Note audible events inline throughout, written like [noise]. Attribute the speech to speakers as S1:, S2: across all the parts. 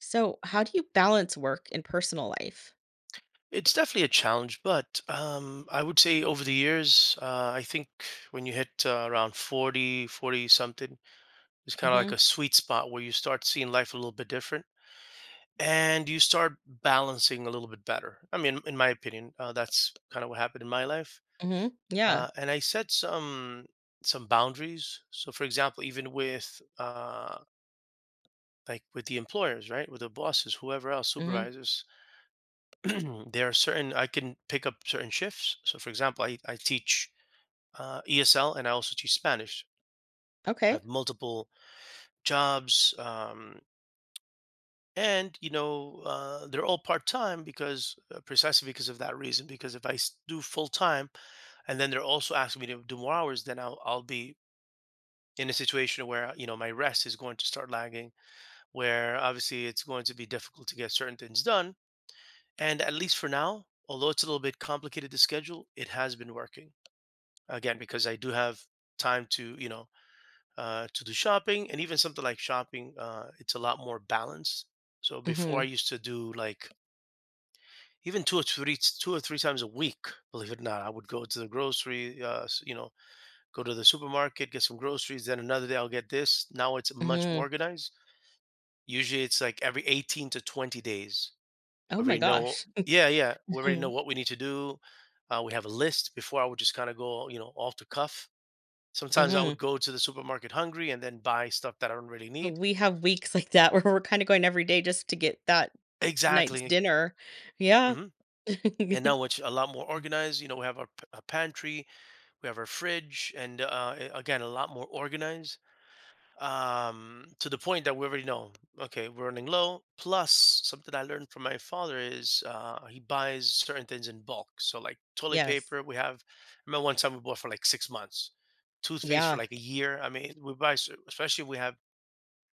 S1: So, how do you balance work and personal life?
S2: It's definitely a challenge, but I would say over the years, I think when you hit around 40, 40 something. It's kind of like
S1: Mhm.
S2: a sweet spot where you start seeing life a little bit different and you start balancing a little bit better. I mean, in my opinion, that's kind of what happened in my life.
S1: Mhm. Yeah.
S2: And I set some boundaries. So, for example, even with like with the employers, right, with the bosses, whoever else,
S1: Mhm.
S2: supervisors, [clears throat] there are certain I can pick up certain shifts. So, for example, I teach ESL and I also teach Spanish. I
S1: Okay.
S2: have multiple jobs, and you know they're all part time because precisely because of that reason. Because if do full time and then they're also asking me to do more hours, then I'll be in a situation where you know my rest is going to start lagging, where obviously it's going to be difficult to get certain things done. And at least for now, although it's a little bit complicated to schedule, it has been working. Again because I do have time to you know to do shopping, and even something like shopping it's a lot more balanced. So before I
S1: Mhm.
S2: used to do like even two or three times a week. Believe it or not, I would go to the grocery, you know, go to the supermarket, get some groceries. Then another day I'll get this. Now it's much more
S1: Mhm.
S2: organized. Usually it's like every 18 to 20 days.
S1: Oh
S2: We
S1: my
S2: already know,
S1: gosh.
S2: yeah, yeah. We already know
S1: Mhm.
S2: what we need to do. We have a list. Before I would just kind of go, you know, off the cuff. Sometimes I
S1: Mhm.
S2: would go to the supermarket hungry and then buy stuff that I don't really need.
S1: We have weeks [laughs] like that where we're kinda going every day just to get that night's
S2: Exactly.
S1: dinner. Yeah.
S2: hmm
S1: [laughs]
S2: And now it's a lot more organized. You know, we have our a pantry, we have our fridge, and again, a lot more organized, to the point that we already know, okay, we're running low. Plus, something I learned from my father is he buys certain things in bulk. So, like toilet
S1: Yes.
S2: paper, we have, I remember one time we bought for like 6 months, toothpaste for
S1: Yeah.
S2: like a year. I mean, especially if we have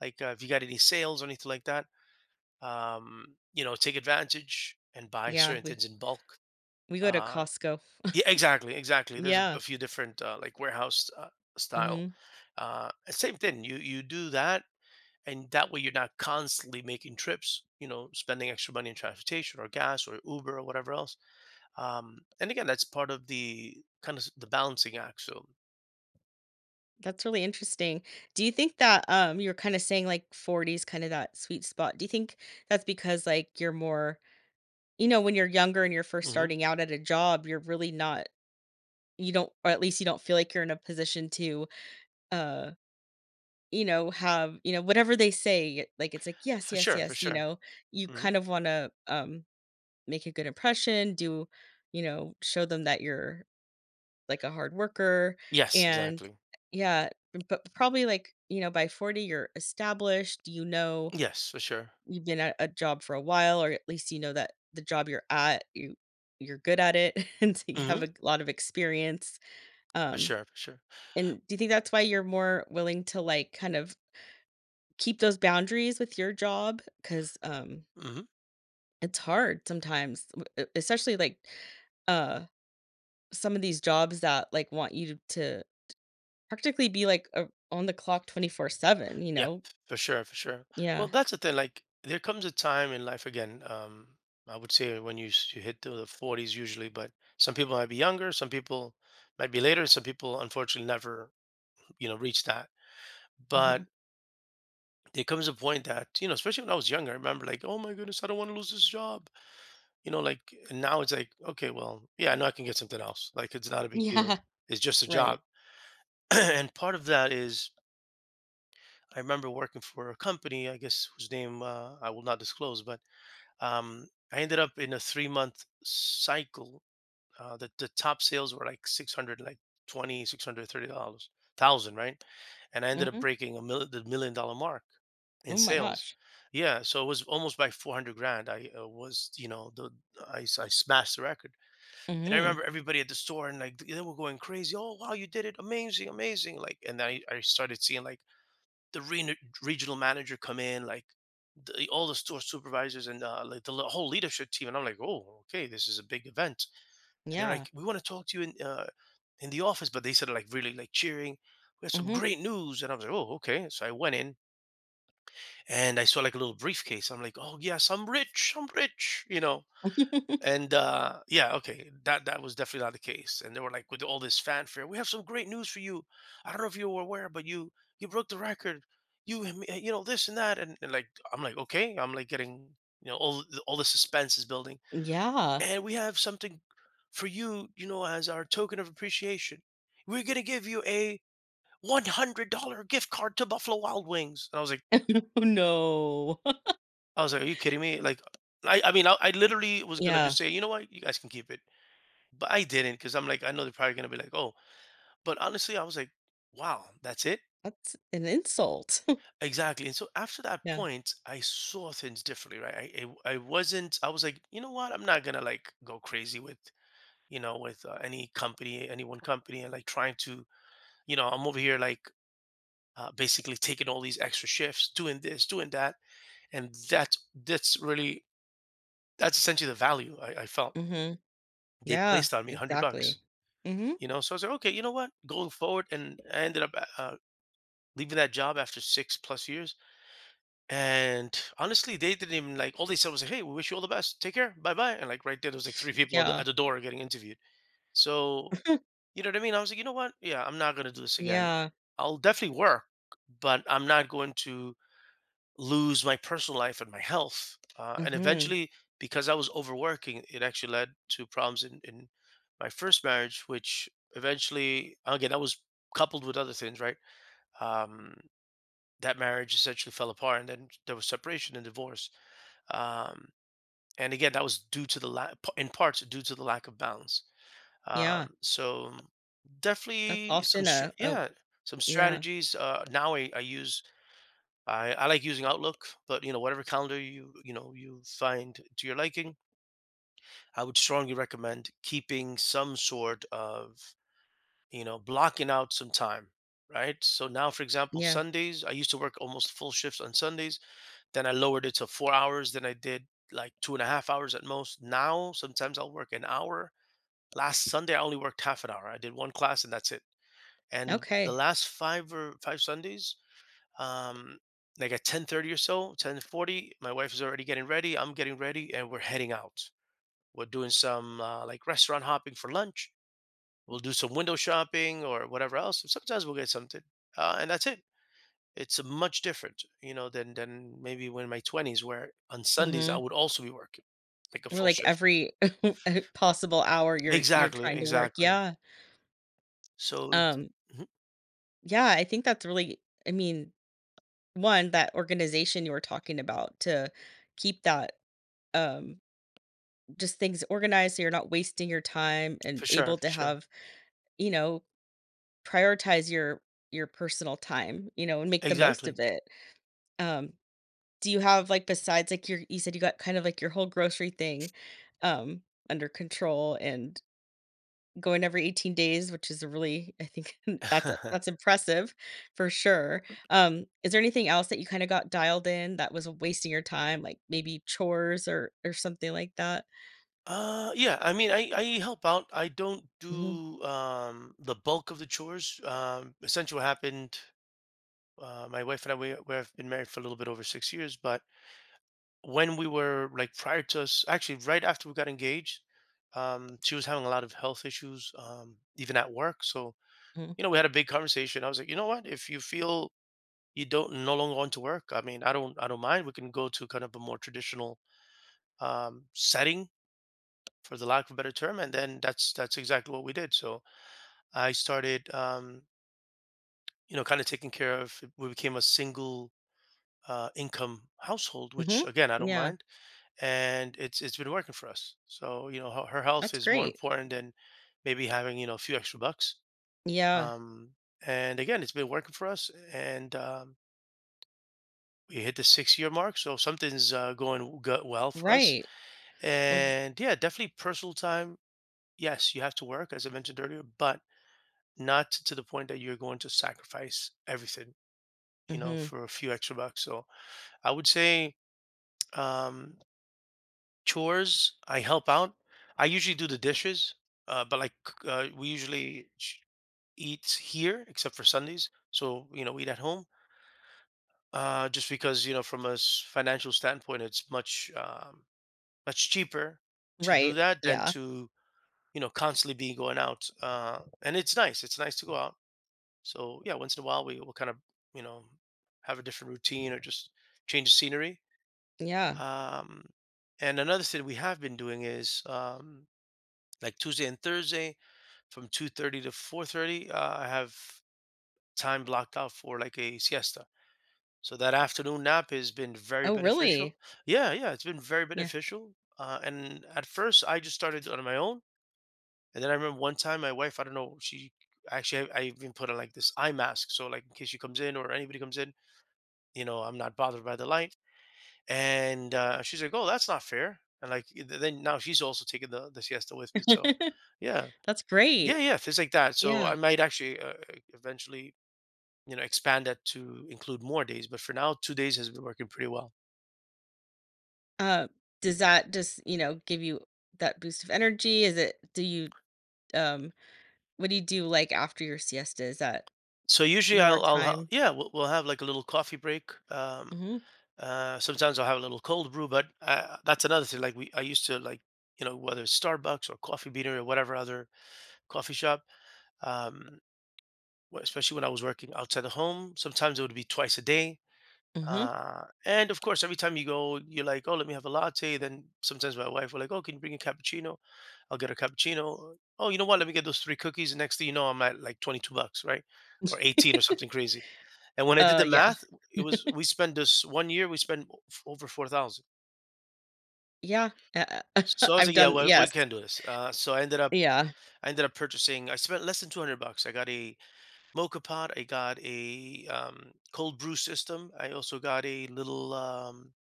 S2: like, if you got any sales or anything like that, you know, take advantage and buy
S1: Yeah.
S2: certain
S1: We
S2: things in bulk.
S1: we go to
S2: Uh,
S1: Costco. [laughs]
S2: yeah, exactly, exactly. There's
S1: Yeah.
S2: a few different like warehouse style.
S1: Mhm.
S2: Uh, Same thing. You do that, and that way you're not constantly making trips. You know, spending extra money in transportation or gas or Uber or whatever else. And again, that's part of the kind of the balancing act. So
S1: That's really interesting. Do you think that, you are kinda saying, like, 40 is kinda that sweet spot? Do you think that's because, like, you're more? You know, when you're younger and you're first
S2: hmm
S1: starting out at a job, you're really not, you don't, or at least you don't feel like you're in a position to, uh, you know, have, you know, whatever they say, like, it's like, "Yes,
S2: for
S1: yes,
S2: sure, for
S1: yes," you
S2: sure.
S1: know? You
S2: hmm
S1: kind of wanna, make a good impression, do, you know, show them that you're, like, a hard worker,
S2: Yes,
S1: and
S2: exactly.
S1: yeah, but probably, like, you know, by 40, you're established, you know.
S2: Yes, for sure.
S1: You've been at a job for a while, or at least you know that the job you're at, you're good at it, [laughs] and so you have
S2: hmm
S1: a lot of experience.
S2: For
S1: Um,
S2: sure, for sure.
S1: and do you think that's why you're more willing to like kind of keep those boundaries with your job? Because
S2: hmm
S1: it's hard sometimes, especially like, uh some of these jobs that like want you to practically be like a, on the clock 24/7, you
S2: Yep,
S1: know?
S2: for sure, for sure.
S1: Yeah.
S2: Well, that's the thing. Like, there comes a time in life again. I would say when you hit to the 40s usually, but some people might be younger, some people might be later, some people unfortunately never you know reach that.
S1: Hmm.
S2: But there comes a point that you know, especially when I was younger, I remember like, oh my goodness, I don't want to lose this job. You know, like, and now it's like, okay, well, yeah, I know I can get something else. Like, it's not a big
S1: Yeah.
S2: deal. It's just
S1: [laughs]
S2: a
S1: Right.
S2: job. [clears throat] And part of that is, I remember working for a company, I guess whose name I will not disclose, but um, I ended up in a 3 month cycle. The top sales were like 600, like 20, $630, thousand, right? And I ended up
S1: Hmm.
S2: breaking the $1 million mark in
S1: Oh my
S2: sales.
S1: gosh.
S2: Yeah. So it was almost by 400 grand. I was, you know, I smashed the record. And I
S1: Hmm.
S2: remember everybody at the store and like they were going crazy. Oh, wow, you did it. Amazing, amazing. Like, and I started seeing like, the re- regional manager come in, like all the store supervisors and like whole leadership team. And I'm like, oh, okay, this is a big event. And they're
S1: Yeah.
S2: like, we want to talk to you in the office, but they said like really like cheering. We have some
S1: Hmm.
S2: great news, and I was like, oh, okay. So I went in and I saw like a little briefcase. I'm like, oh yes, I'm rich. I'm rich, you know.
S1: [laughs]
S2: And yeah, okay, that was definitely not the case. And they were like, with all this fanfare, we have some great news for you. I don't know if you were aware, but you broke the record. You know, this and that, and like I'm like, okay, I'm like getting you know all the suspense is building,
S1: Yeah.
S2: and we have something for you, you know, as our token of appreciation. We're gonna give you a $100 gift card to Buffalo Wild Wings. And
S1: Oh, no. [laughs]
S2: I was like, are you kidding me? Like, I mean, I literally was gonna
S1: Yeah,
S2: just say, you know what, you guys can keep it. But I didn't because I'm like, I know they're probably gonna be like, oh. But honestly, I was like, wow, that's it.
S1: that's an insult. [laughs]
S2: Exactly. And so after that
S1: Yeah.
S2: point, I saw things differently, right? I wasn't. I was like, you know what? I'm not gonna like go crazy with you know with any company, any one company, and like trying to you know I'm over here like basically taking all these extra shifts, doing this, doing that, and that's really that's essentially the value I felt
S1: Mhm.
S2: they
S1: Yeah,
S2: placed on me, 100 bucks.
S1: exactly. Mhm.
S2: You know, so I was like, okay, you know what? Going forward, and I ended up uh, leaving that job after six plus years. And honestly, they didn't even like, all they said was like, hey, we wish you all the best. Take care. Bye bye. And like right there, there was like three people at
S1: Yeah.
S2: at the door getting interviewed. So,
S1: [laughs]
S2: you know what I mean? I was like, you know what? Yeah, I'm not going to do this again.
S1: Yeah.
S2: I'll definitely work, but I'm not going to lose my personal life and my health. And
S1: Mhm.
S2: eventually, because I was overworking, it actually led to problems in my first marriage, which eventually, again, that was coupled with other things, right? Um, that marriage essentially fell apart, and then there was separation and divorce. Um, and again, that was due to the lack, in parts, due to the lack of balance.
S1: Yeah.
S2: So
S1: That's
S2: definitely some,
S1: often a
S2: yeah, some
S1: yeah,
S2: strategies. Now I use, I like using Outlook, but you know, whatever calendar you, you know, you find to your liking, I would strongly recommend keeping some sort of, you know, blocking out some time. Right. So now, for example,
S1: yeah.
S2: Sundays, I used to work almost full shifts on Sundays. Then I lowered it to 4 hours. Then I did like two and a half hours at most. Now, sometimes I'll work an hour. Last Sunday, I only worked half an hour. I did one class and that's it. And the
S1: Okay.
S2: last five or five Sundays, um, like at 10:30 or so, 10:40, my wife is already getting ready. I'm getting ready and we're heading out. We're doing some like restaurant hopping for lunch. We'll do some window shopping or whatever else. Sometimes we'll get something. And that's it. It's a much different, you know, than maybe when in my 20s where on Sundays I
S1: Mhm.
S2: would also be working, like a
S1: Or
S2: full
S1: like
S2: shift.
S1: every [laughs] possible hour you're
S2: Exactly,
S1: trying to work.
S2: exactly.
S1: Yeah.
S2: So
S1: Um,
S2: Mhm.
S1: yeah, I think that's really, I mean, one, that organization you were talking about to keep that, um, just things organized so you're not wasting your time and
S2: For sure,
S1: able
S2: for
S1: to
S2: sure.
S1: have, you know, prioritize your personal time, you know, and make the most
S2: Exactly.
S1: of it. Um, do you have like besides like your, you said you got kind of like your whole grocery thing, um under control and going every 18 days, which is a really, I think [laughs] that's a, that's
S2: [laughs]
S1: impressive for sure. Is there anything else that you kind of got dialed in that was wasting your time, like maybe chores or something like that?
S2: Yeah, I mean, I help out. I don't
S1: Hmm.
S2: do the bulk of the chores. Essentially what happened, my wife and I we have been married for a little bit over 6 years, but when we were like prior to us, actually right after we got engaged, she was having a lot of health issues, even at work. So
S1: Hmm.
S2: you know, we had a big conversation. I was like, you know what? If you feel you don't no longer want to work, I mean, I don't mind. We can go to kind of a more traditional setting, for the lack of a better term, and then that's exactly what we did. So I started, you know, kind of taking care of. We became a single income household,
S1: Hmm.
S2: which again, I don't
S1: Yeah.
S2: mind, and it's been working for us. So you know, her health
S1: That's
S2: is more
S1: great.
S2: important than maybe having you know a few extra bucks.
S1: Yeah.
S2: Um, and again, it's been working for us, and we hit the 6 year mark, so something's well for us.
S1: Right. Well,
S2: And yeah, definitely personal time. Yes, you have to work, as I mentioned earlier, but not to the point that you're going to sacrifice everything, you know,
S1: mhm.
S2: for a few extra bucks. So I would say um, chores, I help out. I usually do the dishes, but we usually eat here, except for Sundays. So you know, we eat at home, just because you know, from a financial standpoint, it's much much cheaper to do
S1: Right.
S2: that than
S1: Yeah.
S2: to, you know, constantly be going out. And it's nice. It's nice to go out. So yeah, once in a while, we will kind of, you know, have a different routine or just change the scenery.
S1: Yeah.
S2: Um, and another thing we have been doing is like Tuesday and Thursday from 2:30 to 4:30, I have time blocked out for like a siesta. So that afternoon nap has been very
S1: Oh,
S2: beneficial.
S1: really?
S2: Yeah, yeah, it's been very
S1: Yeah.
S2: beneficial. And at first, I just started on my own, and then I remember one time my wife, I don't know, she actually I even put on like this eye mask, so like in case she comes in or anybody comes in, you know, I'm not bothered by the light. And she's like, "Oh, that's not fair." And like then now she's also taking the siesta with me. So
S1: [laughs]
S2: yeah.
S1: That's
S2: Yeah,
S1: great.
S2: yeah, things like that. So
S1: Yeah.
S2: I might actually eventually, you know, expand that to include more days. But for now, two days has been working pretty well.
S1: Uh, does that just, you know, give you that boost of energy? Is it, do you, um what do you do, like, after your siesta? Is that
S2: So usually
S1: more time?
S2: yeah, we'll have like a little coffee break.
S1: Mhm.
S2: Sometimes I'll have a little cold brew, but that's another thing. Like I used to like, you know, whether it's Starbucks or Coffee Beater or whatever other coffee shop, um, especially when I was working outside the home, sometimes it would be twice a day.
S1: Mhm.
S2: And of course, every time you go, you're like, oh, let me have a latte. Then sometimes my wife will like, oh, can you bring a cappuccino? I'll get a cappuccino. Oh, you know what? Let me get those three cookies. And next thing you know, I'm at like 22 bucks, right? Or 18 or
S1: [laughs]
S2: something crazy. And when I did the
S1: Yeah.
S2: math, it was, we spent this one year, we spent over 4,000.
S1: Yeah. Uh, uh,
S2: So
S1: [laughs]
S2: I was
S1: I've
S2: like, yeah,
S1: done
S2: well, we
S1: yes.
S2: can do this. So
S1: Yeah.
S2: I ended up purchasing, I spent less than 200 bucks. I got a mocha pot. I got a cold brew system. I also got a little,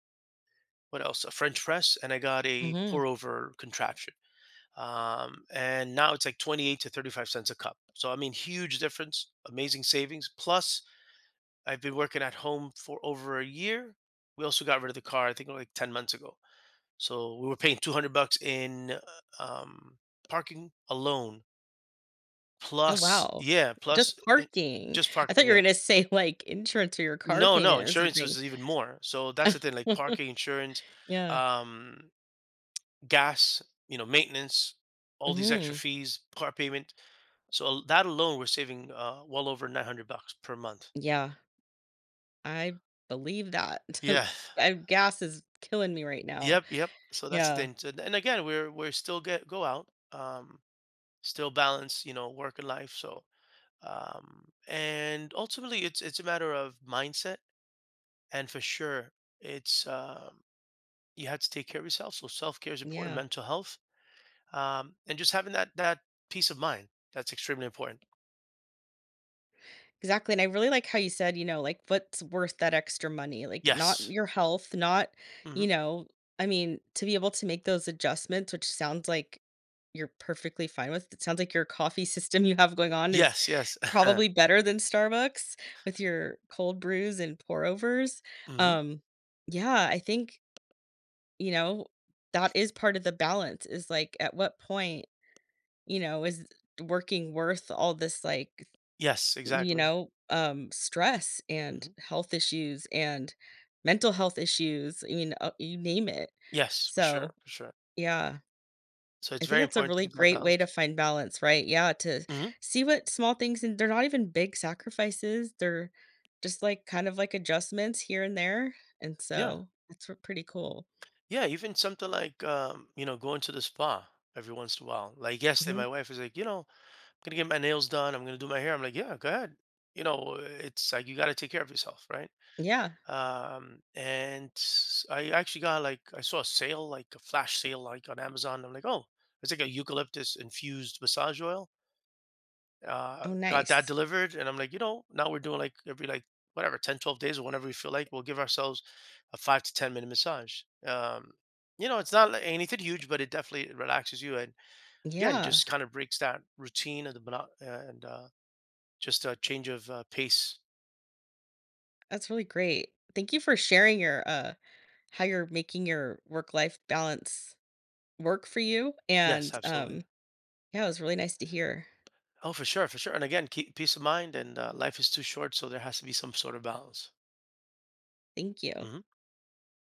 S2: what else? A French press. And I got a
S1: Mhm.
S2: pour over contraption. And now it's like 28 to 35 cents a cup. So I mean, huge difference, amazing savings. Plus I've been working at home for over a year. We also got rid of the car, I think like 10 months ago. So we were paying 200 bucks in um, parking alone.
S1: Oh,
S2: Plus
S1: wow.
S2: yeah,
S1: Just parking.
S2: just
S1: I thought
S2: parking,
S1: you were
S2: yeah.
S1: gonna [laughs] say, like, insurance or your car
S2: No, no,
S1: payment or
S2: insurance
S1: something.
S2: was even more. So that's the thing, like parking, insurance,
S1: Yeah.
S2: um gas, you know, maintenance, all these extra
S1: Mhm.
S2: fees, car payment. So that alone, we're saving well over 900 bucks per month.
S1: Yeah. I believe that.
S2: Yeah.
S1: [laughs] I gas is killing me right now.
S2: Yep. Yep. So that's the
S1: Yeah.
S2: thing. So, and again, we're still get go out, still balance, you know, work and life. So and ultimately, it's a matter of mindset, and for sure, it's you have to take care of yourself. So self care is important,
S1: Yeah.
S2: mental health, and just having that peace of mind, that's extremely important.
S1: Exactly. And I really like how you said, you know, like what's worth that extra money? Like not
S2: Yes.
S1: your health, not, you
S2: Hmm.
S1: know, I mean, to be able to make those adjustments, which sounds like you're perfectly fine with. It sounds like your coffee [laughs] system you have going on is
S2: Yes, yes. [laughs]
S1: probably better than Starbucks with your cold brews and pour overs.
S2: Mhm.
S1: Um, yeah, I think, you know, that is part of the balance is like at what point, you know, is working worth all this like,
S2: Yes,
S1: you
S2: exactly.
S1: know, um, stress and
S2: Mhm.
S1: health issues and mental health issues, I mean, you name it.
S2: Yes, for sure,
S1: So,
S2: for sure.
S1: yeah,
S2: So
S1: I
S2: it's
S1: think
S2: very
S1: that's a
S2: important to
S1: really
S2: keep that
S1: great way
S2: balance.
S1: to find balance, right? Yeah, to
S2: Mhm.
S1: see what small things, and they're not even big sacrifices. They're just like kind of like adjustments here and there. And
S2: Yeah.
S1: so that's pretty cool.
S2: Yeah, even something like, you know, going to the spa every once in a while. Like yesterday,
S1: Hmm.
S2: my wife was like, "You know, I'm gonna get my nails done. I'm gonna do my hair." I'm like, "Yeah, go ahead." You know, it's like you gotta take care of yourself, right?
S1: Yeah.
S2: I actually got, like I saw a sale, like a flash sale, like on Amazon. I'm like, "Oh, it's like a eucalyptus infused massage oil."
S1: Oh,
S2: Got that
S1: nice.
S2: delivered. And I'm like, you know, now we're doing like every like whatever 10, 12 days or whenever we feel like, we'll give ourselves a five to 10 minute massage. You know, it's not like anything huge, but it definitely relaxes you. And again,
S1: Yeah,
S2: just kind of breaks that routine and the mono- and just a change of pace.
S1: that's really great. Thank you for sharing your how you're making your work life balance work for you.
S2: Yes,
S1: And
S2: absolutely.
S1: yeah, it was really nice to hear.
S2: Oh, for sure, for sure. And again, keep peace of mind. And life is too short, so there has to be some sort of balance.
S1: Thank you.
S2: Mhm.